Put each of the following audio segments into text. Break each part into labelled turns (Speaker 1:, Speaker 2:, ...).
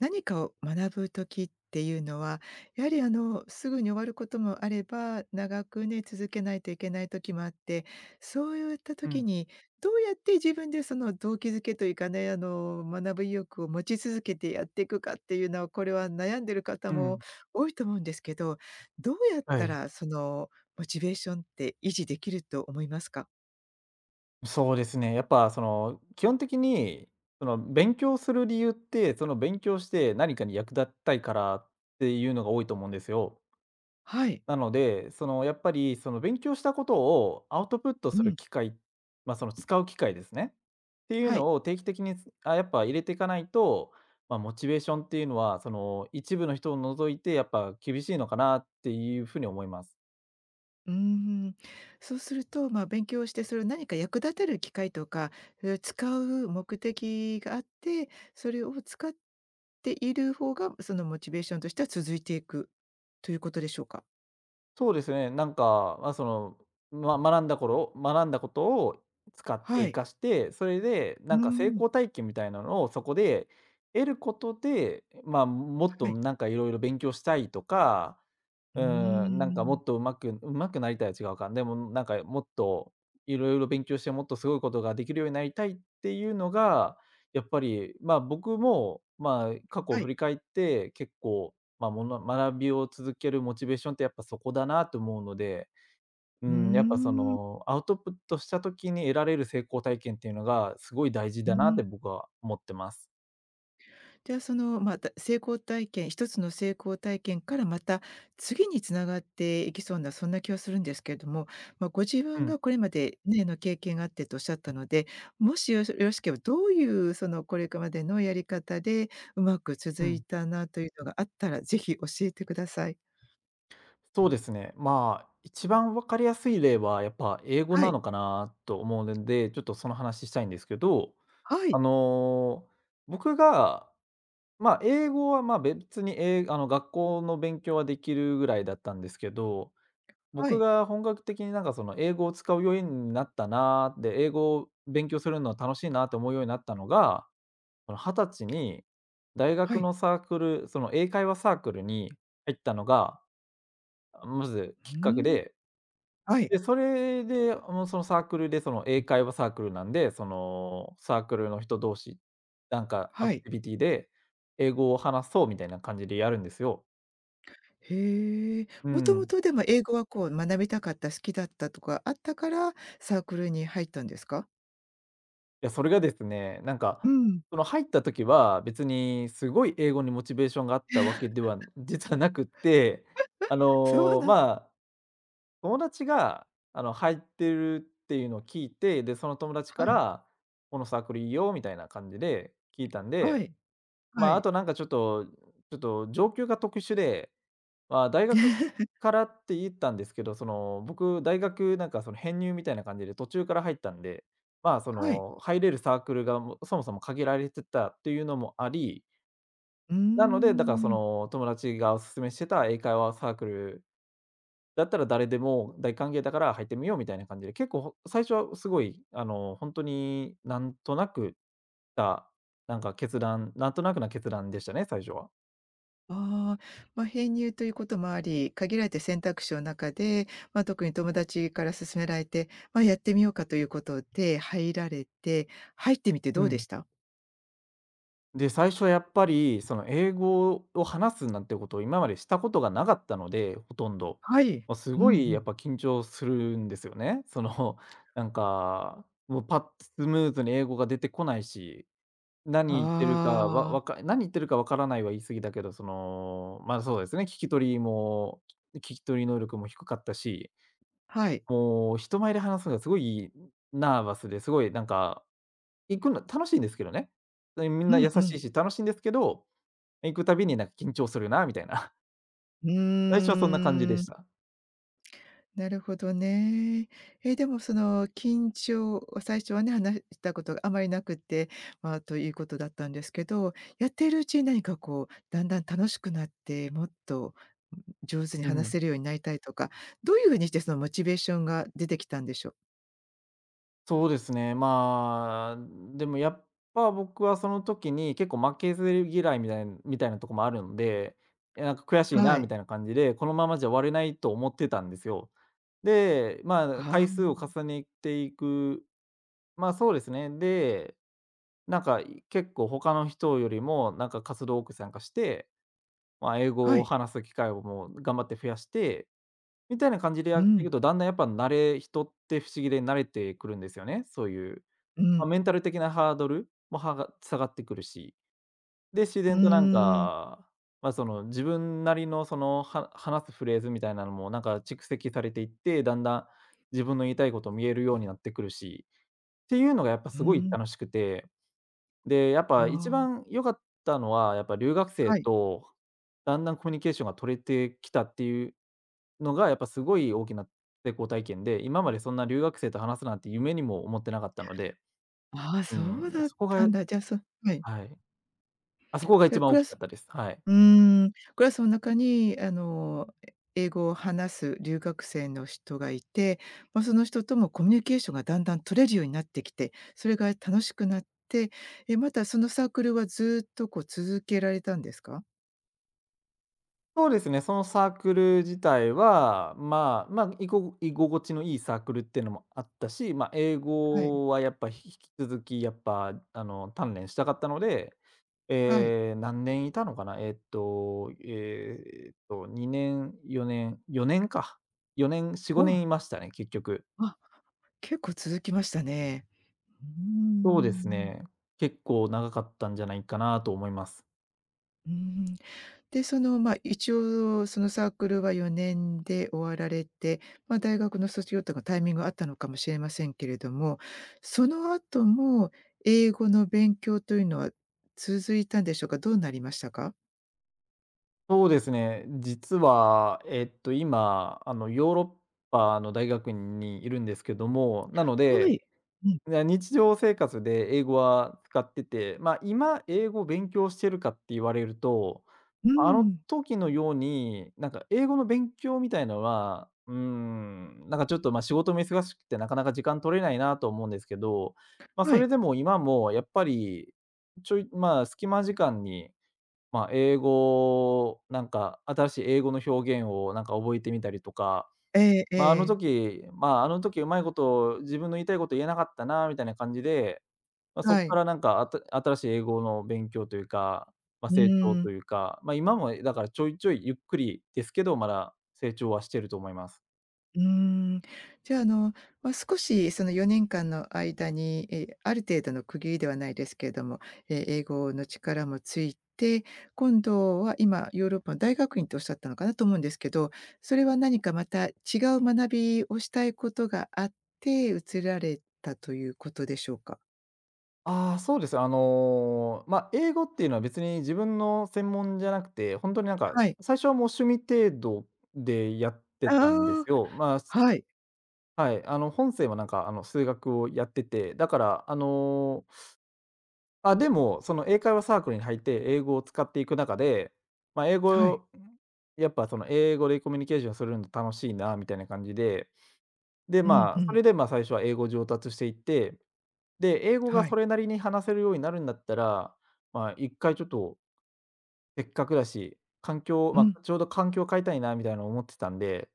Speaker 1: 何かを学ぶ時っていうのは、やはりすぐに終わることもあれば、長くね、続けないといけない時もあって、そういった
Speaker 2: う
Speaker 1: 時
Speaker 2: ん、
Speaker 1: に、どうやって自分でその動機づけというかね、学ぶ意欲を持ち続けてやっていくかっていうのは、これは悩んでる方
Speaker 2: う
Speaker 1: も
Speaker 2: ん。
Speaker 1: 多いと思うんですけど、どうやっ
Speaker 2: は
Speaker 1: た
Speaker 2: い。
Speaker 1: らそのモチベーションって維持できると思いますか？
Speaker 2: そうですね。やっぱその、基本的に、その勉強する理由って、その勉強して何かに役立ったいからっていうのが多いと思うんですよ。
Speaker 1: はい。
Speaker 2: なので、そのやっぱりその勉強したことをアウトプット
Speaker 1: う
Speaker 2: する
Speaker 1: ん。
Speaker 2: 機会、まあその使う機会ですね。っていう
Speaker 1: はい。
Speaker 2: のを定期的にやっぱ入れていかないと、まあ、モチベーションっていうのは、その一部の人を除いてやっぱ厳しいのかなっていうふうに思います。
Speaker 1: うーん、そうすると、まあ、勉強して、それを何か役立てる機会とか、それを使う目的があって、それを使っている方が、そのモチベーションとしては続いていくということでしょうか？
Speaker 2: そうですね、なんか、まあ、その、ま学んだことを使って
Speaker 1: は
Speaker 2: 活
Speaker 1: い。
Speaker 2: かして、それで
Speaker 1: う
Speaker 2: な
Speaker 1: ー
Speaker 2: んか成
Speaker 1: ん。
Speaker 2: 功体験みたいなのをそこで得ることで、まあ、もっ
Speaker 1: は
Speaker 2: と
Speaker 1: い。
Speaker 2: なんかいろいろ勉強したいとか
Speaker 1: うー
Speaker 2: なんかも
Speaker 1: ん。
Speaker 2: っと上手くなりたいは違うか、でもなんかもっといろいろ勉強してもっとすごいことができるようになりたいっていうのが、やっぱり、ま、僕も、ま、過去を
Speaker 1: はい。
Speaker 2: 振り返って結構、ま、学びを続けるモチベーションってやっぱそこだなと思うので、う
Speaker 1: うー
Speaker 2: ん、やっぱそ
Speaker 1: ん。
Speaker 2: のアウトプットした時に得られる成功体験っていうのがすごい大事
Speaker 1: う
Speaker 2: だなっ
Speaker 1: ん。
Speaker 2: て僕は思ってます。
Speaker 1: じゃあその、まあ成功体験一つの成功体験からまた次に繋がっていきそうなそんな気はするんですけれども、まあ、ご自
Speaker 2: う
Speaker 1: 分
Speaker 2: ん、
Speaker 1: がこれまでね、の経験があってとおっしゃったので、もしよろしければどういうそのこれまでのやり方でうまく
Speaker 2: う
Speaker 1: 続い
Speaker 2: ん。
Speaker 1: たなというのがあったらぜひ教えてください。
Speaker 2: そうですね。まあ、一番わかりやすい例は、やっぱ英語
Speaker 1: は
Speaker 2: な
Speaker 1: い、
Speaker 2: のかなと思うので、ちょっとその話したいんですけど、
Speaker 1: はい、
Speaker 2: あの、僕が、まあ、英語は、まあ、別に、英あの、学校の勉強はできるぐらいだったんですけど、
Speaker 1: は
Speaker 2: 僕
Speaker 1: い、
Speaker 2: が本格的になんかその英語を使うようになったな、で、英語を勉強するのは楽しいなって思うようになったのが、その歳に大
Speaker 1: は
Speaker 2: 学
Speaker 1: い。
Speaker 2: のサークル、その英会話サークルに入ったのが、まず
Speaker 1: う
Speaker 2: きっかけ
Speaker 1: ーん、
Speaker 2: で。
Speaker 1: はい、
Speaker 2: で、それで、そのサークルで、その、英会話サークルなんで、その、サークルの人同士、なんかア
Speaker 1: は
Speaker 2: ク
Speaker 1: い。
Speaker 2: ティビティで英語を話そうみたいな感じでやるんですよ。
Speaker 1: へえ。
Speaker 2: う
Speaker 1: もとも
Speaker 2: ん。
Speaker 1: とでも英語はこう学びたかった、好きだったとかあったからサークルに入ったんですか？
Speaker 2: いや、それがですね、なん
Speaker 1: う
Speaker 2: か、
Speaker 1: ん、
Speaker 2: その、入った時は別にすごい英語にモチベーションがあったわけでは 実はなくって、
Speaker 1: そうなん
Speaker 2: まあ、友達が、入ってるっていうのを聞いて、で、その友達か
Speaker 1: はい、
Speaker 2: ら、このサークルいいよみたいな感じで聞いたん
Speaker 1: は
Speaker 2: で、
Speaker 1: い、
Speaker 2: ま
Speaker 1: は
Speaker 2: あ、あ
Speaker 1: い。
Speaker 2: となんかちょっと上級が特殊で、まあ、大学 からって言ったんですけど、その、僕、大学なんかその編入みたいな感じで途中から入ったんで、
Speaker 1: はい。
Speaker 2: 入れるサークルがもうそもそも限られてたっていうのもあり、
Speaker 1: うー
Speaker 2: なので、だからそ
Speaker 1: ん。
Speaker 2: の友達がお勧めしてた英会話サークルだったら誰でも大歓迎だから入ってみようみたいな感じで、結構最初はすごい、本当になんとなくた、なんか決断なんとなくな決断でしたね、最初は。
Speaker 1: ま、編入ということもあり、限られた選択肢の中で、ま、特に友達から勧められて、ま、やってみようかということで入られて、入ってみてど
Speaker 2: う
Speaker 1: うで
Speaker 2: ん。
Speaker 1: した？
Speaker 2: で、最初やっぱり、その英語を話すなんてことを今までしたことがなかったので、ほとんど。
Speaker 1: はい。
Speaker 2: ま、す
Speaker 1: うんう
Speaker 2: ごいやっ
Speaker 1: ん。
Speaker 2: ぱ緊張するんですよね。なんか、もうパッとスムーズに英語が出てこないし、
Speaker 1: ああ、
Speaker 2: 何言ってるかわからないは言い過ぎだけど、そうですね、聞き取り能力も低かったし、
Speaker 1: はい。
Speaker 2: もう人前で話すのがすごいナーバスで、すごいなんか、行くの楽しいんですけどね。みん
Speaker 1: う
Speaker 2: な
Speaker 1: ん
Speaker 2: 優
Speaker 1: う
Speaker 2: し
Speaker 1: ん。
Speaker 2: いし楽しいんですけど、行くたびになんか緊張するなみたいな、
Speaker 1: う
Speaker 2: 最初
Speaker 1: ー
Speaker 2: はそんな感じでし
Speaker 1: ん。
Speaker 2: た。
Speaker 1: なるほどね。え、でもその緊張最初はね、話したことがあまりなくて、まあ、ということだったんですけど、やっているうちに何かこう、だんだん楽しくなって、もっと、上手に
Speaker 2: う
Speaker 1: 話せ
Speaker 2: ん。
Speaker 1: るようになりたいとか、どういうふうにしてそのモチベーションが出てきたんでしょう？
Speaker 2: そうですね、まあ、でもやっぱ僕はその時に結構負けず嫌いみたいなとこもあるんで、いやなんか悔しい
Speaker 1: は
Speaker 2: な
Speaker 1: い。
Speaker 2: みたいな感じで、このままじゃ終われないと思ってたんですよ。で、まあ、
Speaker 1: ああ、
Speaker 2: 回数を重ねていく、まあ、そうですね。で、なんか結構他の人よりもなんか活動多く参加して、まあ、英
Speaker 1: は
Speaker 2: 語を
Speaker 1: い。
Speaker 2: 話す機会をもう頑張って増やしてみたいな感じで
Speaker 1: う
Speaker 2: やってい
Speaker 1: ん、
Speaker 2: くと、だんだんやっぱ慣れ人って不思議で慣れてくるんですよね。そういう、
Speaker 1: う
Speaker 2: まあ、
Speaker 1: ん、
Speaker 2: メンタル的なハードルが下がってくるし、で、自
Speaker 1: うー
Speaker 2: 然となん
Speaker 1: ん、
Speaker 2: か、まあ、その自分なりのその、話すフレーズみたいなのもなんか蓄積されていって、だんだん自分の言いたいこと見えるようになってくるし、っていうのがやっぱ
Speaker 1: う
Speaker 2: すごい
Speaker 1: ん、
Speaker 2: 楽しくて、で、やっぱ一
Speaker 1: ああ、
Speaker 2: 番良かったのは、やっぱ留学生
Speaker 1: はい。
Speaker 2: とだんだんコミュニケーションが取れてきたっていうのが、やっぱすごい大きな成功体験で、今までそんな留学生と話すなんて夢にも思ってなかったので、
Speaker 1: ああ、
Speaker 2: う
Speaker 1: そ
Speaker 2: ん、
Speaker 1: うだっ
Speaker 2: そこ
Speaker 1: た
Speaker 2: が、
Speaker 1: んだ。じゃあ、そはい。
Speaker 2: はい。あそこが
Speaker 1: じゃ
Speaker 2: 一
Speaker 1: あ、
Speaker 2: 番大きかったです。はい。
Speaker 1: クラスの中に英語を話す留学生の人がいて、まあ、その人ともコミュニケーションがだんだん取れるようになってきて、それが楽しくなって、え、またそのサークルはずっとこう続けられたんですか？
Speaker 2: そうですね、そのサークル自体は、まあ、居心地のいいサークルっていうのもあったし、まあ、英
Speaker 1: はい、
Speaker 2: 語はやっぱ引き続きやっぱ、鍛錬したかったので、
Speaker 1: はい。
Speaker 2: 何年いたのかな、2年、4年、4年か。4年、4、
Speaker 1: お
Speaker 2: 5
Speaker 1: お、
Speaker 2: 年いましたね、結局。
Speaker 1: あ、結構続きましたね。うー
Speaker 2: そうです
Speaker 1: ん、
Speaker 2: ね、結構長かったんじゃないかなと思います。
Speaker 1: うーん。で、その、ま、あ一応そのサークルは4年で終わられて、まあ、大学の卒業とかタイミングあったのかもしれませんけれども、その後も英語の勉強というのは続いたんでしょうか？どうなりましたか？
Speaker 2: そうですね。実は、今、ヨーロッパの大学院にいるんですけども、なの
Speaker 1: は
Speaker 2: で、
Speaker 1: い。うん。
Speaker 2: 日常生活で英語は使ってて、まあ、今、英語を勉強してるかって言われると、
Speaker 1: うー
Speaker 2: あの
Speaker 1: ん。
Speaker 2: 時のように、なんか、英語の勉強みたいのは、なんか、ちょっと、まあ、仕事も忙しくてなかなか時間取れないなと思うんですけど、まあ、
Speaker 1: は
Speaker 2: それ
Speaker 1: い。
Speaker 2: でも今もやっぱり、ちょいまあ、隙間時間にまあ、英語、なんか新しい英語の表現をなんか覚えてみたりとか、
Speaker 1: えええ
Speaker 2: まあ、
Speaker 1: え。
Speaker 2: あの時うまいこと自分の言いたいこと言えなかったなみたいな感じで、まあ、そこ
Speaker 1: は
Speaker 2: か
Speaker 1: い。
Speaker 2: らなんか新しい英語の勉強というか、まあ、
Speaker 1: う
Speaker 2: 成長
Speaker 1: ー
Speaker 2: と
Speaker 1: ん。
Speaker 2: いうか、まあ、今もだからちょいちょいゆっくりですけど、まだ成長はしてると思います。
Speaker 1: うーん。じゃあ、まあ、少しその4年間の間に、え、ある程度の区切りではないですけれども、え、英語の力もついて、今度は今ヨーロッパの大学院とおっしゃったのかなと思うんですけど、それは何かまた違う学びをしたいことがあって、移られたということでしょうか？
Speaker 2: ああ、そうです。まあ、英語っていうのは別に自分の専門じゃなくて、本当になんか、
Speaker 1: はい。
Speaker 2: 最初はもう趣味程度でやってたんで
Speaker 1: あ
Speaker 2: す
Speaker 1: あ、
Speaker 2: よ。まあ
Speaker 1: はい、
Speaker 2: はい、本生はなんか、数学をやってて、だから、でも、その英会話サークルに入って英語を使っていく中で、まあ、英
Speaker 1: は
Speaker 2: 語
Speaker 1: い。
Speaker 2: をやっぱその英語でコミュニケーションするの楽しいなみたいな感じで、で、
Speaker 1: うん
Speaker 2: ま
Speaker 1: う
Speaker 2: あ、そ
Speaker 1: ん。
Speaker 2: れで、ま、最初は英語上達していって、で、英語が
Speaker 1: は
Speaker 2: そ
Speaker 1: い。
Speaker 2: れなりに話せるようになるんだったら、まあ、一回ちょっとせっかくだし、
Speaker 1: う
Speaker 2: ま
Speaker 1: ん、
Speaker 2: あ、ちょうど環境を変えたいなみたいなのを思ってたんで、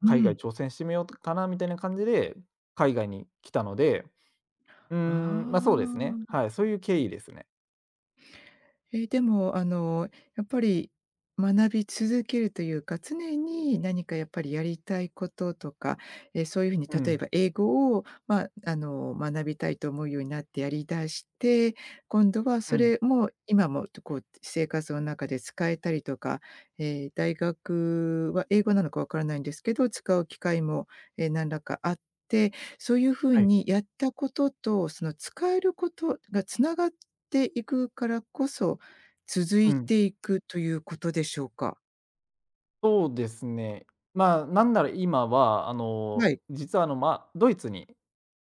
Speaker 1: う
Speaker 2: 海外
Speaker 1: ん。
Speaker 2: 挑戦してみようかなみたいな感じで、海外に来たのでうー
Speaker 1: あ
Speaker 2: ま、そうですね。
Speaker 1: あ。
Speaker 2: はい、そういう経緯ですね。
Speaker 1: ええ、でも、やっぱり学び続けるというか、常に何かやっぱりやりたいこととか、え、そういうふうに
Speaker 2: う
Speaker 1: 例え
Speaker 2: ん、
Speaker 1: ば英語を、まあ、学びたいと思うようになってやり出して、今度は
Speaker 2: う
Speaker 1: そ
Speaker 2: ん、
Speaker 1: れも今もこう生活の中で使えたりとか、えー大学は英語なのかわからないんですけど、使う機会も、え、何らかあって、そういうふう
Speaker 2: はい、
Speaker 1: にやったことと、その使えることがつながっていくからこそ、続
Speaker 2: う
Speaker 1: い
Speaker 2: ん。
Speaker 1: ていくということでしょうか？
Speaker 2: そうですね。まあ、なんなら今は、
Speaker 1: はい。
Speaker 2: 実は、ドイツに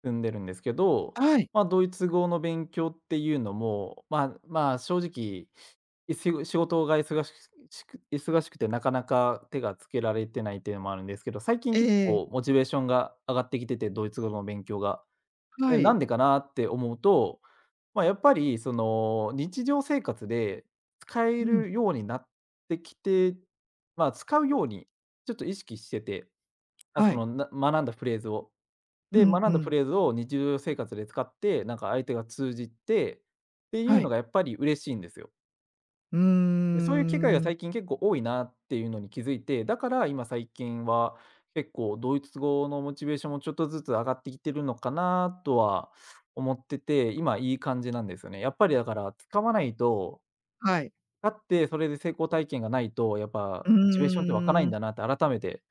Speaker 2: 住んでるんですけど、
Speaker 1: はい。
Speaker 2: まあ、ドイツ語の勉強っていうのも、まあまあ、正直、仕事が忙しくてなかなか手がつけられてないっていうのもあるんですけど、最近結
Speaker 1: え
Speaker 2: 構
Speaker 1: え
Speaker 2: モチベーションが上がってきてて、ドイツ語の勉強が。
Speaker 1: は
Speaker 2: ね、なん
Speaker 1: い。
Speaker 2: でかなって思うと、まあ、やっぱりその日常生活で使
Speaker 1: う
Speaker 2: え
Speaker 1: ん。
Speaker 2: るようになってきて、まあ、使うようにちょっと意識してて、あ、そ
Speaker 1: はい。
Speaker 2: の、な学んだフレーズを。
Speaker 1: う
Speaker 2: で、
Speaker 1: ん
Speaker 2: 学
Speaker 1: う
Speaker 2: んだフ
Speaker 1: ん。
Speaker 2: レーズを日常生活で使って、なんか相手が通じてってい
Speaker 1: は
Speaker 2: うの
Speaker 1: い。
Speaker 2: がやっぱり嬉しいんですよ。
Speaker 1: う
Speaker 2: で、
Speaker 1: ー
Speaker 2: そういう機会が
Speaker 1: ん。
Speaker 2: 最近結構多いなっていうのに気づいて、だから今最近は結構ドイツ語のモチベーションもちょっとずつ上がってきてるのかなとは思ってて、今いい感じなんですよね。やっぱりだから使わないと、
Speaker 1: はい。
Speaker 2: 使ってそれで成功体験がないと、やっ
Speaker 1: う
Speaker 2: ぱモチベーションって湧かない
Speaker 1: ー
Speaker 2: ん
Speaker 1: ん。
Speaker 2: だなって改めて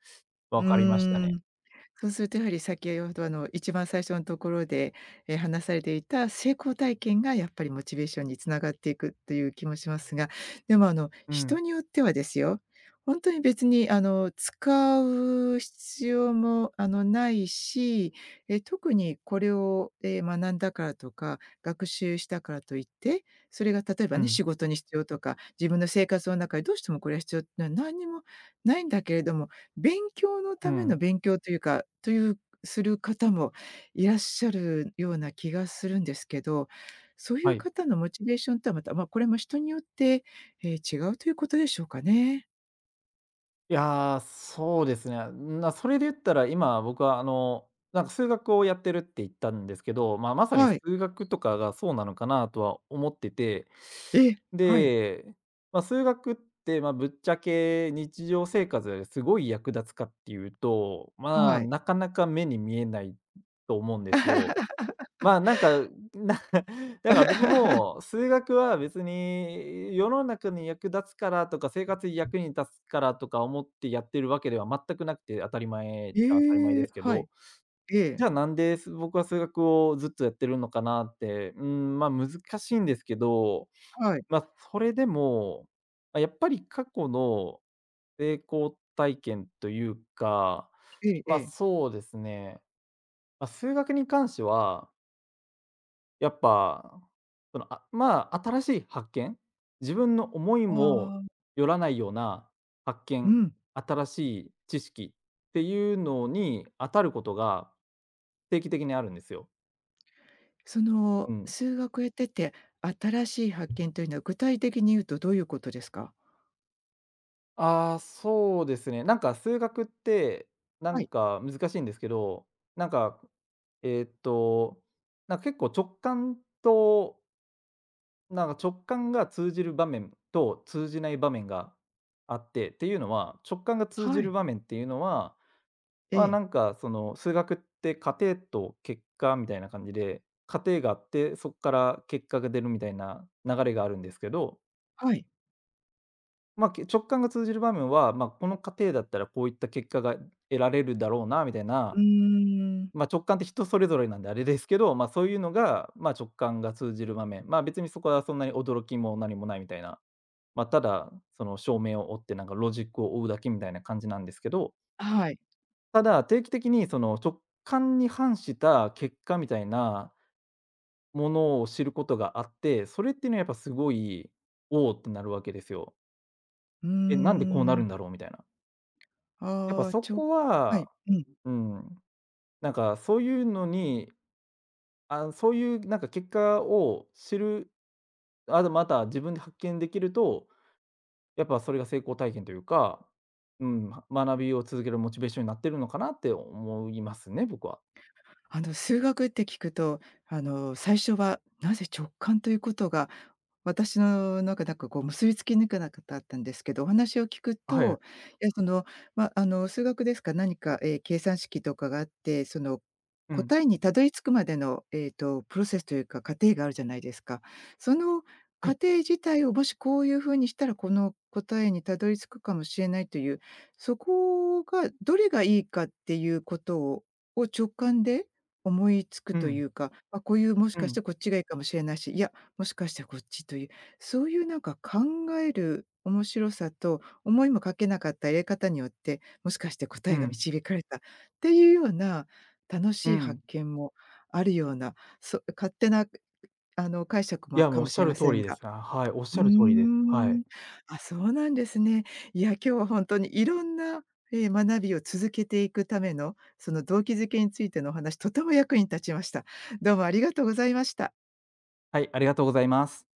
Speaker 1: う
Speaker 2: 分かりました
Speaker 1: ー
Speaker 2: ね。
Speaker 1: ん。そうするとやはり先ほど一番最初のところで、え、話されていた成功体験がやっぱりモチベーションに繋がっていくという気もしますが、でも
Speaker 2: う
Speaker 1: 人
Speaker 2: ん、
Speaker 1: によってはですよ、本当に別に使う必要もないし、え、特にこれを、え、学んだからとか、学習したからといって、それが例えば
Speaker 2: う
Speaker 1: ね、仕
Speaker 2: ん、
Speaker 1: 事に必要とか、自分の生活の中でどうしてもこれは必要っていうのは何にもないんだけれども勉強の
Speaker 2: う
Speaker 1: ための
Speaker 2: ん、
Speaker 1: 勉強というか、というする方もいらっしゃるような気がするんですけど、そうい
Speaker 2: は
Speaker 1: う
Speaker 2: い。
Speaker 1: 方のモチベーションとはまた、まあ、これも人によって、えー違うということでしょうかね。
Speaker 2: いやー、そうですね。な、それで言ったら、今、僕は、数学をやってるって言ったんですけど、まあ、まさに
Speaker 1: はい。
Speaker 2: 数学とかがそうなのかなとは思ってて、
Speaker 1: ええ、はい、
Speaker 2: で、まあ、数学って、まあ、ぶっちゃけ日常生活ですごい役立つかっていうと、まあ、
Speaker 1: はい。
Speaker 2: なかなか目に見えないと思うんです よ。まあ、なんか、な だから僕も、数学は別に世の中に役立つからとか、生活に役に立つからとか思ってやってるわけでは全くなくて、当たり前っちゃ当たり前
Speaker 1: え
Speaker 2: で
Speaker 1: え、
Speaker 2: すけ
Speaker 1: はい、
Speaker 2: ど、
Speaker 1: え
Speaker 2: じ
Speaker 1: え、
Speaker 2: ゃあなんで、す僕は数学をずっとやってるのかなって、うん、ま、難しいんですけど、
Speaker 1: はい、
Speaker 2: ま、それでも、ま、やっぱり過去の成功体験というか、
Speaker 1: えええ
Speaker 2: ま、
Speaker 1: え。
Speaker 2: そうですね、まあ、数学に関してはやっぱ、新しい発見、自分の思い
Speaker 1: あ
Speaker 2: も
Speaker 1: あ、
Speaker 2: よらないような発
Speaker 1: う
Speaker 2: 見、
Speaker 1: ん。
Speaker 2: 新しい知識っていうのに当たることが定期的にあるんですよ。
Speaker 1: その
Speaker 2: うん。
Speaker 1: 数学やってて、新しい発見というのは具体的に言うとどういうことですか？
Speaker 2: ああ、そうですね。なんか数学って、な
Speaker 1: は
Speaker 2: ん
Speaker 1: い、
Speaker 2: か難しいんですけど、なんか、えーっと、なんか結構直感となんか直感が通じる場面と通じない場面があって、っていうのは、直感が通
Speaker 1: は
Speaker 2: じる
Speaker 1: い、
Speaker 2: 場面っていうのは、
Speaker 1: え
Speaker 2: まあ、な
Speaker 1: え、
Speaker 2: んかその数学って過程と結果みたいな感じで、過程があって、そこから結果が出るみたいな流れがあるんですけど、
Speaker 1: はい。
Speaker 2: まあ、直感が通じる場面は、まあ、この過程だったらこういった結果が得られるだろうなみたい
Speaker 1: う
Speaker 2: な、
Speaker 1: ーん。
Speaker 2: まあ、直感って人それぞれなんであれですけど、まあ、そういうのが、まあ、直感が通じる場面、まあ、別にそこはそんなに驚きも何もないみたいな。まあ、ただ、その照明を追って、なんかロジックを追うだけみたいな感じなんですけど、
Speaker 1: はい。
Speaker 2: ただ、定期的にその直感に反した結果みたいなものを知ることがあって、それっていうのはやっぱすごい、おおってなるわけですよ。
Speaker 1: うー
Speaker 2: え、なんでこうなる
Speaker 1: ん。
Speaker 2: んだろうみたいな。やっぱ
Speaker 1: ああ、
Speaker 2: そ
Speaker 1: ちょ
Speaker 2: こ
Speaker 1: は
Speaker 2: は、
Speaker 1: い、うん。
Speaker 2: うん、なんかそういうのに、あ、そういうなんか結果を知る、あとまた自分で発見できるとやっぱそれが成功体験というか、うん、学びを続けるモチベーションになってるのかなって思いますね、僕は。
Speaker 1: 数学って聞くと、最初はなぜ直感ということが私の中なんかこう結びつきにくなかったんですけど、お話を聞く
Speaker 2: はい。
Speaker 1: と、いやその、ま、あの数学ですか、何か、ええ、計算式とかがあって、その
Speaker 2: うん。
Speaker 1: 答えにたどり着くまでの、プロセスというか、過程があるじゃないですか。その
Speaker 2: は
Speaker 1: 過
Speaker 2: い。
Speaker 1: 程自体をもしこういう風にしたら、この答えにたどり着くかもしれないという、そこがどれがいいかっていうことを直感で思いつく
Speaker 2: う
Speaker 1: とい
Speaker 2: ん。
Speaker 1: うか、あ、こういうもし
Speaker 2: う
Speaker 1: かして
Speaker 2: ん。
Speaker 1: こっちがいいかもしれないし、いやもしかしてこっちという、そういうなんか考える面白さと、思いもかけなかった入れ方によって、もしかして答
Speaker 2: う
Speaker 1: えが
Speaker 2: ん。
Speaker 1: 導かれたっていうような楽
Speaker 2: う
Speaker 1: しい発
Speaker 2: ん。
Speaker 1: 見もあるような、そ勝手な解釈
Speaker 2: い
Speaker 1: も
Speaker 2: や、も
Speaker 1: か
Speaker 2: うおっ
Speaker 1: も
Speaker 2: し
Speaker 1: し
Speaker 2: ゃ
Speaker 1: れま
Speaker 2: る通
Speaker 1: せん
Speaker 2: りで
Speaker 1: が。
Speaker 2: す。あ、はい、おっ
Speaker 1: う
Speaker 2: し
Speaker 1: ー
Speaker 2: ゃる通りです。は
Speaker 1: ん。
Speaker 2: い。
Speaker 1: あ、そうなんですね。いや、今日は本当にいろんな、ええ、学びを続けていくための、その動機づけについてのお話、とても役に立ちました。どうもありがとうございました。
Speaker 2: はい、ありがとうございます。